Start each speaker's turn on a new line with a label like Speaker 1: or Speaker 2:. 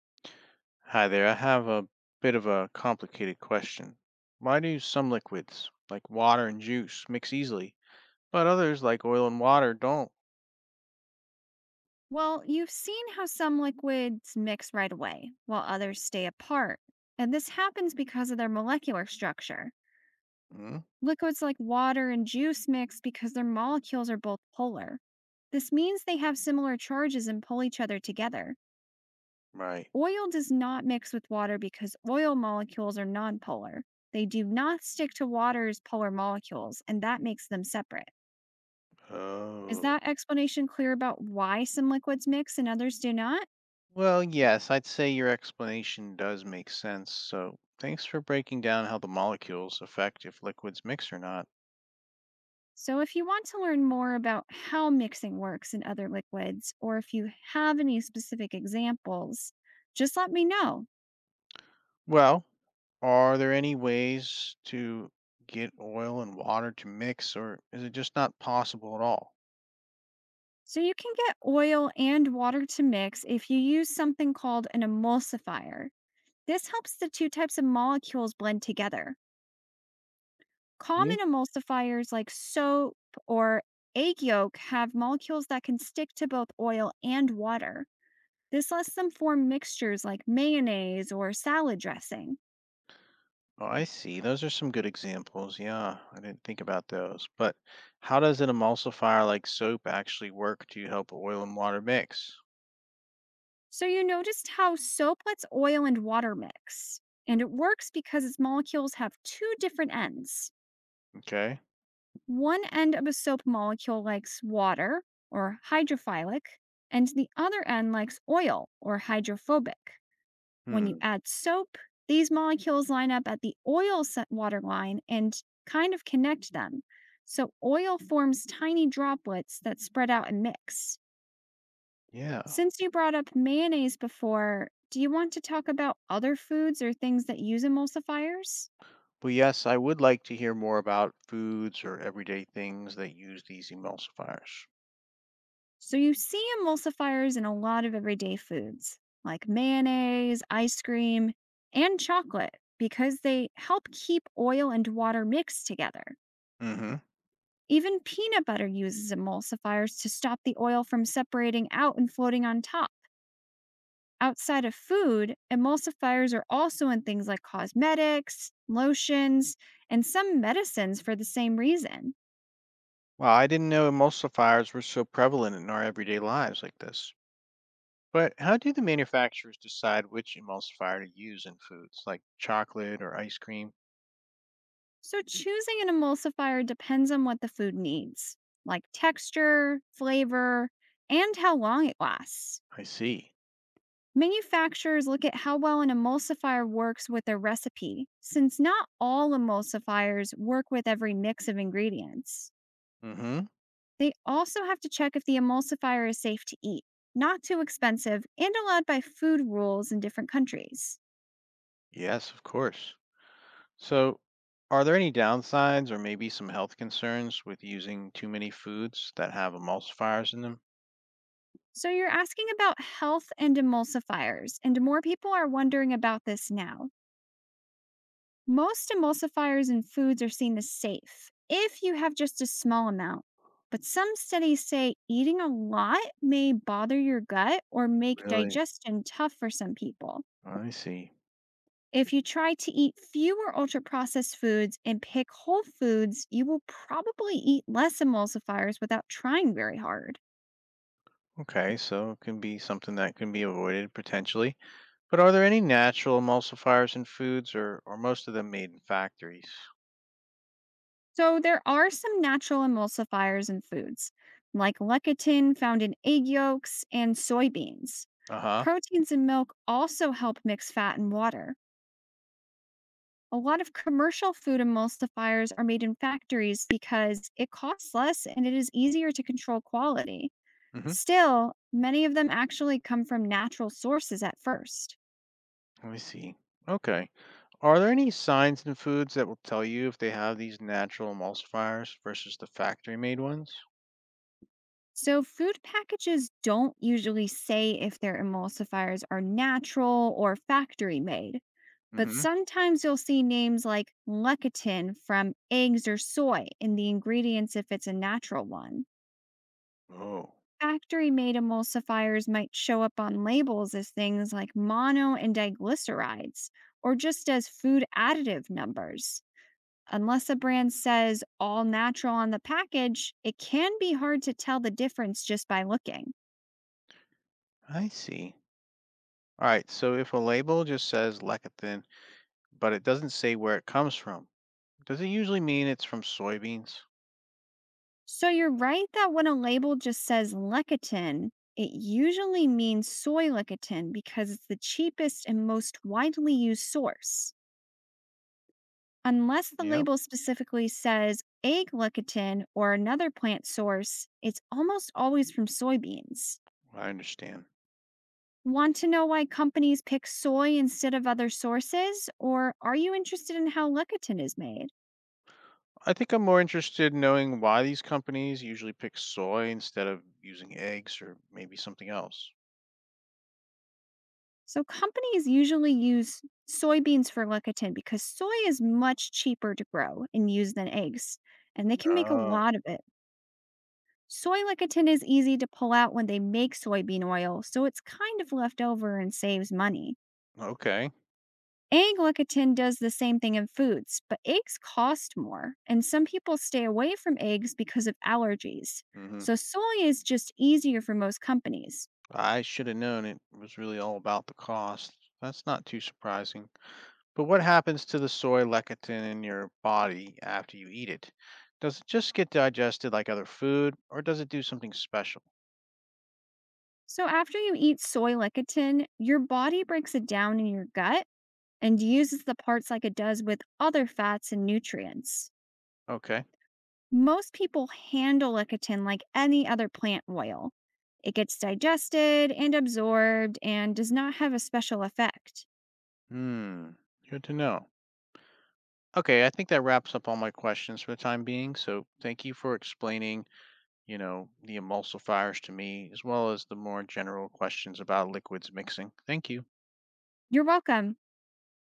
Speaker 1: Hi there. I have a bit of a complicated question. Why do some liquids, like water and juice, mix easily, but others, like oil and water, don't?
Speaker 2: Well, you've seen how some liquids mix right away, while others stay apart. And this happens because of their molecular structure.
Speaker 1: Mm,
Speaker 2: Liquids like water and juice mix because their molecules are both polar. This means they have similar charges and pull each other together.
Speaker 1: right.
Speaker 2: Oil does not mix with water because oil molecules are nonpolar. They do not stick to water's polar molecules, and that makes them separate. Is
Speaker 1: Oh.
Speaker 2: that explanation clear about why some liquids mix and others do not?
Speaker 1: Well, yes, I'd say your explanation does make sense. So thanks for breaking down how the molecules affect if liquids mix or not.
Speaker 2: So, if you want to learn more about how mixing works in other liquids, or if you have any specific examples, just let me know.
Speaker 1: Well, are there any ways to get oil and water to mix, or is it just not possible at all?
Speaker 2: So, you can get oil and water to mix if you use something called an emulsifier. This helps the two types of molecules blend together. Common emulsifiers like soap or egg yolk have molecules that can stick to both oil and water. This lets them form mixtures like mayonnaise or salad dressing.
Speaker 1: Oh, I see. Those are some good examples. Yeah, I didn't think about those. But how does an emulsifier like soap actually work to help oil and water mix?
Speaker 2: So you noticed how soap lets oil and water mix, and it works because its molecules have two different ends.
Speaker 1: Okay.
Speaker 2: One end of a soap molecule likes water, or hydrophilic, and the other end likes oil, or hydrophobic. When you
Speaker 1: Hmm.
Speaker 2: add soap, these molecules line up at the water line and kind of connect them. So oil forms tiny droplets that spread out and mix.
Speaker 1: Yeah.
Speaker 2: Since you brought up mayonnaise before, do you want to talk about other foods or things that use emulsifiers?
Speaker 1: Well, yes, I would like to hear more about foods or everyday things that use these emulsifiers.
Speaker 2: So, you see emulsifiers in a lot of everyday foods like mayonnaise, ice cream, and chocolate because they help keep oil and water mixed together.
Speaker 1: Mm-hmm.
Speaker 2: Even peanut butter uses emulsifiers to stop the oil from separating out and floating on top. Outside of food, emulsifiers are also in things like cosmetics, lotions, and some medicines for the same reason.
Speaker 1: Well, I didn't know emulsifiers were so prevalent in our everyday lives like this. But how do the manufacturers decide which emulsifier to use in foods, like chocolate or ice cream?
Speaker 2: So, choosing an emulsifier depends on what the food needs, like texture, flavor, and how long it lasts.
Speaker 1: I see.
Speaker 2: Manufacturers look at how well an emulsifier works with their recipe, since not all emulsifiers work with every mix of ingredients.
Speaker 1: Mm-hmm.
Speaker 2: They also have to check if the emulsifier is safe to eat, not too expensive, and allowed by food rules in different countries.
Speaker 1: Yes, of course. So, are there any downsides or maybe some health concerns with using too many foods that have emulsifiers in them?
Speaker 2: So, you're asking about health and emulsifiers, and more people are wondering about this now. Most emulsifiers in foods are seen as safe if you have just a small amount. But some studies say eating a lot may bother your gut or make
Speaker 1: Really?
Speaker 2: digestion tough for some people.
Speaker 1: I see.
Speaker 2: If you try to eat fewer ultra processed foods and pick whole foods, you will probably eat less emulsifiers without trying very hard.
Speaker 1: Okay, so it can be something that can be avoided potentially. But are there any natural emulsifiers in foods or most of them made in factories?
Speaker 2: So, there are some natural emulsifiers in foods, like lecithin found in egg yolks and soybeans.
Speaker 1: Uh-huh.
Speaker 2: Proteins in milk also help mix fat and water. A lot of commercial food emulsifiers are made in factories because it costs less and it is easier to control quality.
Speaker 1: Mhm.
Speaker 2: Still, many of them actually come from natural sources at first.
Speaker 1: I see. Okay. Are there any signs in foods that will tell you if they have these natural emulsifiers versus the factory made ones?
Speaker 2: So, food packages don't usually say if their emulsifiers are natural or factory made, but
Speaker 1: Mhm.
Speaker 2: sometimes you'll see names like lecithin from eggs or soy in the ingredients if it's a natural one.
Speaker 1: Oh,
Speaker 2: Factory made emulsifiers might show up on labels as things like mono and diglycerides, or just as food additive numbers. Unless a brand says all natural on the package, it can be hard to tell the difference just by looking.
Speaker 1: I see. All right, so if a label just says lecithin, but it doesn't say where it comes from, does it usually mean it's from soybeans?
Speaker 2: So you're right that when a label just says lecithin, it usually means soy lecithin because it's the cheapest and most widely used source. Unless the
Speaker 1: Yep,
Speaker 2: label specifically says egg lecithin or another plant source, it's almost always from soybeans.
Speaker 1: I understand.
Speaker 2: Want to know why companies pick soy instead of other sources? Or are you interested in how lecithin is made?
Speaker 1: I think I'm more interested in knowing why these companies usually pick soy instead of using eggs or maybe something else.
Speaker 2: So, companies usually use soybeans for lecithin because soy is much cheaper to grow and use than eggs, and they can make a
Speaker 1: Oh,
Speaker 2: lot of it. Soy lecithin is easy to pull out when they make soybean oil, so it's kind of left over and saves money.
Speaker 1: okay.
Speaker 2: Egg-lecithin does the same thing in foods, but eggs cost more, and some people stay away from eggs because of allergies.
Speaker 1: Hmm.
Speaker 2: So soy is just easier for most companies.
Speaker 1: I should have known it was really all about the cost. That's not too surprising. But what happens to the soy lecithin in your body after you eat it? Does it just get digested like other food, or does it do something special?
Speaker 2: So after you eat soy lecithin, your body breaks it down in your gut and uses the parts like it does with other fats and nutrients.
Speaker 1: Okay.
Speaker 2: Most people handle lecithin like any other plant oil. It gets digested and absorbed and does not have a special effect.
Speaker 1: Hmm. Good to know. Okay, I think that wraps up all my questions for the time being. So thank you for explaining, the emulsifiers to me, as well as the more general questions about liquids mixing. Thank you.
Speaker 2: You're welcome.